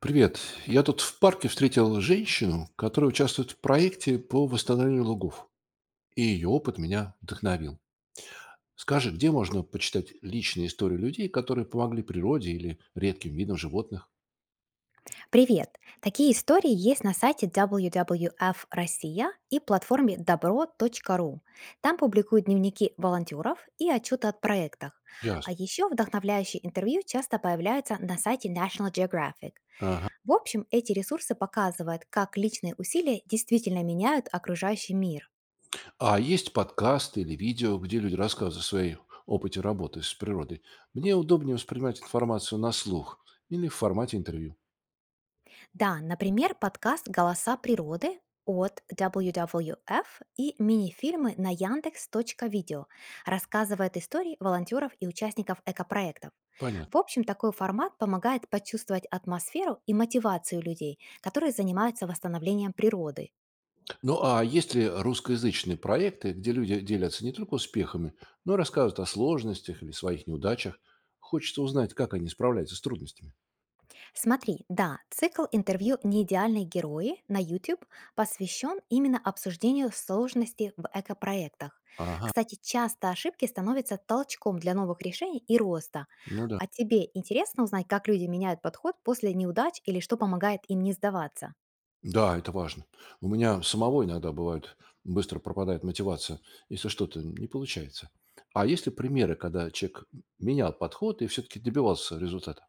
Привет. Я тут в парке встретил женщину, которая участвует в проекте по восстановлению лугов. И ее опыт меня вдохновил. Скажи, где можно почитать личные истории людей, которые помогли природе или редким видам животных? Привет! Такие истории есть на сайте WWF Россия и платформе добро.ру. Там публикуют дневники волонтеров и отчеты о проектах. А Ясно. еще вдохновляющие интервью часто появляются на сайте National Geographic. Ага. В общем, эти ресурсы показывают, как личные усилия действительно меняют окружающий мир. А есть подкасты или видео, где люди рассказывают о своей опыте работы с природой? Мне удобнее воспринимать информацию на слух или в формате интервью. Да, например, подкаст «Голоса природы» от WWF и мини-фильмы на Яндекс.Видео рассказывают истории волонтеров и участников экопроектов. Понятно. В общем, такой формат помогает почувствовать атмосферу и мотивацию людей, которые занимаются восстановлением природы. Ну а есть ли русскоязычные проекты, где люди делятся не только успехами, но и рассказывают о сложностях или своих неудачах? Хочется узнать, как они справляются с трудностями. Смотри, да, цикл интервью «Неидеальные герои» на YouTube посвящен именно обсуждению сложностей в экопроектах. Ага, Кстати, часто ошибки становятся толчком для новых решений и роста. ну да. А тебе интересно узнать, как люди меняют подход после неудач или что помогает им не сдаваться? Да, это важно. У меня самого иногда бывает, быстро пропадает мотивация, если что-то не получается. А есть ли примеры, когда человек менял подход и все-таки добивался результата?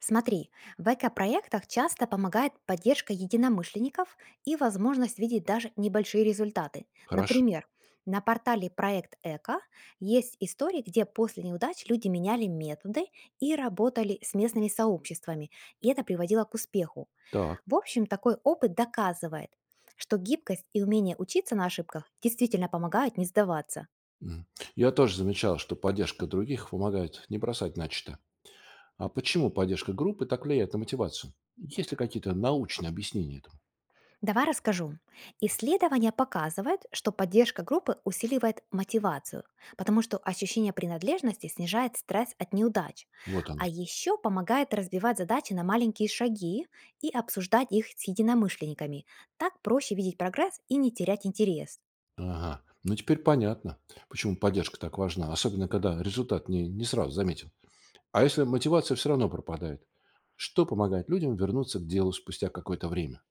Смотри, в эко-проектах часто помогает поддержка единомышленников и возможность видеть даже небольшие результаты. Хорошо. Например, на портале «Проект Эко» есть истории, где после неудач люди меняли методы и работали с местными сообществами, и это приводило к успеху. Так. В общем, такой опыт доказывает, что гибкость и умение учиться на ошибках действительно помогают не сдаваться. М. Я тоже замечал, что поддержка других помогает не бросать начатое. А почему поддержка группы так влияет на мотивацию? Есть ли какие-то научные объяснения этому? Давай расскажу. Исследования показывают, что поддержка группы усиливает мотивацию, потому что ощущение принадлежности снижает стресс от неудач, Вот оно. а еще помогает разбивать задачи на маленькие шаги и обсуждать их с единомышленниками. Так проще видеть прогресс и не терять интерес. Ага. Ну, теперь понятно, почему поддержка так важна, особенно когда результат не сразу заметен. А если мотивация все равно пропадает? Что помогает людям вернуться к делу спустя какое-то время?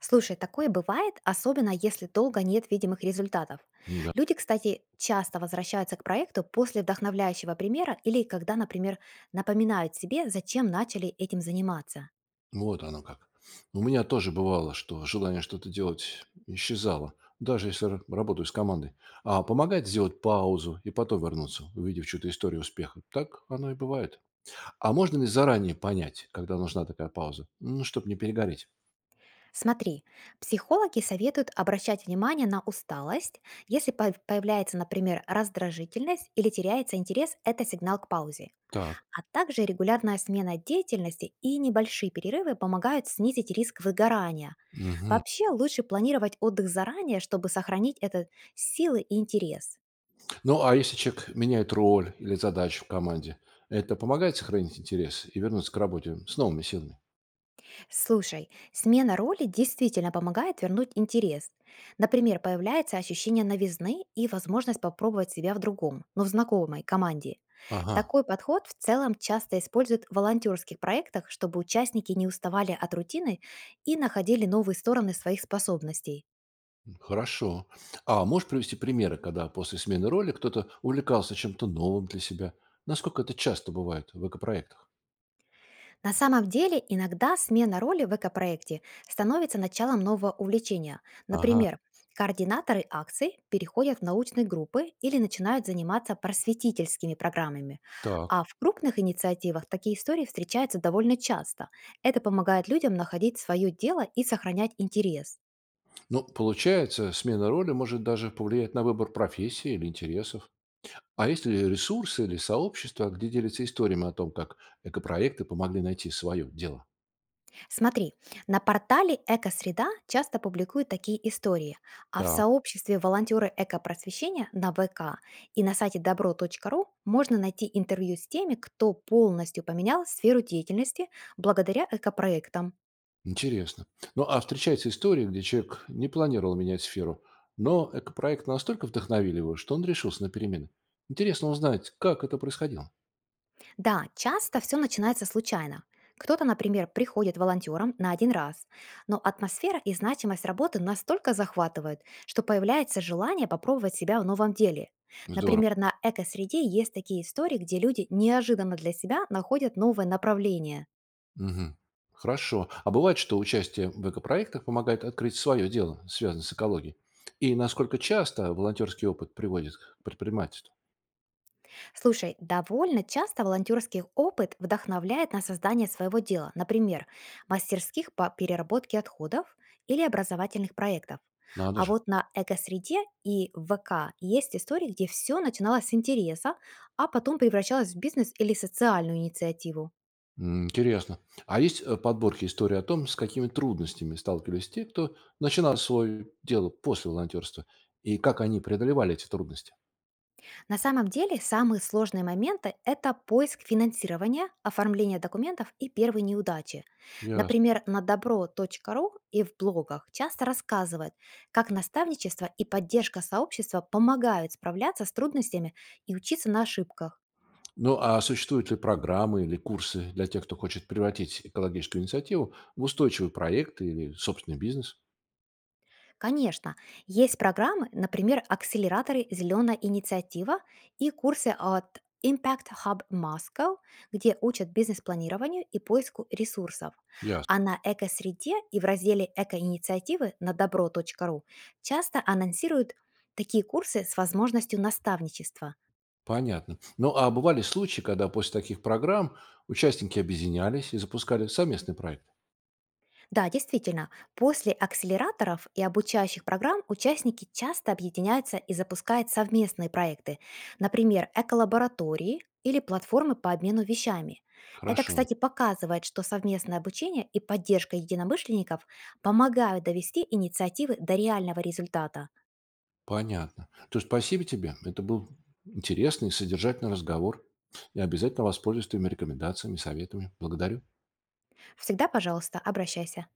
Слушай, такое бывает, особенно если долго нет видимых результатов. Ну да, Люди, кстати, часто возвращаются к проекту после вдохновляющего примера или когда, например, напоминают себе, зачем начали этим заниматься. вот оно как. У меня тоже бывало, что желание что-то делать исчезало, даже если работаю с командой. А помогает сделать паузу и потом вернуться, увидев чью-то историю успеха. Так оно и бывает. А можно ли заранее понять, когда нужна такая пауза? Ну, чтобы не перегореть. Смотри, психологи советуют обращать внимание на усталость. Если появляется, например, раздражительность или теряется интерес, это сигнал к паузе. Так. А также регулярная смена деятельности и небольшие перерывы помогают снизить риск выгорания. Мгм. Вообще лучше планировать отдых заранее, чтобы сохранить это силы и интерес. Ну, а если человек меняет роль или задачу в команде, это помогает сохранить интерес и вернуться к работе с новыми силами? Слушай, смена роли действительно помогает вернуть интерес. Например, появляется ощущение новизны и возможность попробовать себя в другом, но в знакомой команде. Ага, Такой подход в целом часто используют в волонтерских проектах, чтобы участники не уставали от рутины и находили новые стороны своих способностей. хорошо. А можешь привести примеры, когда после смены роли кто-то увлекался чем-то новым для себя? Насколько это часто бывает в экопроектах? На самом деле, иногда смена роли в экопроекте становится началом нового увлечения. Ага. Например, координаторы акций переходят в научные группы или начинают заниматься просветительскими программами. Так. А в крупных инициативах такие истории встречаются довольно часто. Это помогает людям находить свое дело и сохранять интерес. Ну, получается, смена роли может даже повлиять на выбор профессии или интересов. А есть ли ресурсы или сообщества, где делятся историями о том, как экопроекты помогли найти свое дело? Смотри, на портале «Экосреда» часто публикуют такие истории, а в Так. сообществе волонтеры экопросвещения на ВК и на сайте добро.ру можно найти интервью с теми, кто полностью поменял сферу деятельности благодаря экопроектам. Интересно. Ну, а встречаются истории, где человек не планировал менять сферу, но экопроект настолько вдохновил его, что он решился на перемены. Интересно узнать, как это происходило. Да, часто все начинается случайно. Кто-то, например, приходит волонтером на один раз, но атмосфера и значимость работы настолько захватывают, что появляется желание попробовать себя в новом деле. Здорово. Например, на экосреде есть такие истории, где люди неожиданно для себя находят новое направление. Мгм. Хорошо. А бывает, что участие в экопроектах помогает открыть свое дело, связанное с экологией? И насколько часто волонтерский опыт приводит к предпринимательству? Слушай, довольно часто волонтерский опыт вдохновляет на создание своего дела, например, мастерских по переработке отходов или образовательных проектов. Надо А же. вот на экосреде и в ВК есть истории, где все начиналось с интереса, а потом превращалось в бизнес или социальную инициативу. М, интересно. А есть подборки истории о том, с какими трудностями сталкивались те, кто начинал свое дело после волонтерства, и как они преодолевали эти трудности? На самом деле, самые сложные моменты – это поиск финансирования, оформление документов и первые неудачи. Ясно. Например, на добро.ру и в блогах часто рассказывают, как наставничество и поддержка сообщества помогают справляться с трудностями и учиться на ошибках. Ну, а существуют ли программы или курсы для тех, кто хочет превратить экологическую инициативу в устойчивый проект или собственный бизнес? Конечно, есть программы, например, акселераторы «Зеленая инициатива» и курсы от Impact Hub Moscow, где учат бизнес-планированию и поиску ресурсов. Ясно. А на экосреде и в разделе «Экоинициативы» на добро.ру часто анонсируют такие курсы с возможностью наставничества. Понятно. Ну, а бывали случаи, когда после таких программ участники объединялись и запускали совместный проект? Да, действительно, после акселераторов и обучающих программ участники часто объединяются и запускают совместные проекты, например, эколаборатории или платформы по обмену вещами. Это, Хорошо. кстати, показывает, что совместное обучение и поддержка единомышленников помогают довести инициативы до реального результата. Понятно. То есть спасибо тебе. Это был интересный, содержательный разговор. Я обязательно воспользуюсь твоими рекомендациями, советами. Благодарю. Всегда, пожалуйста, обращайся.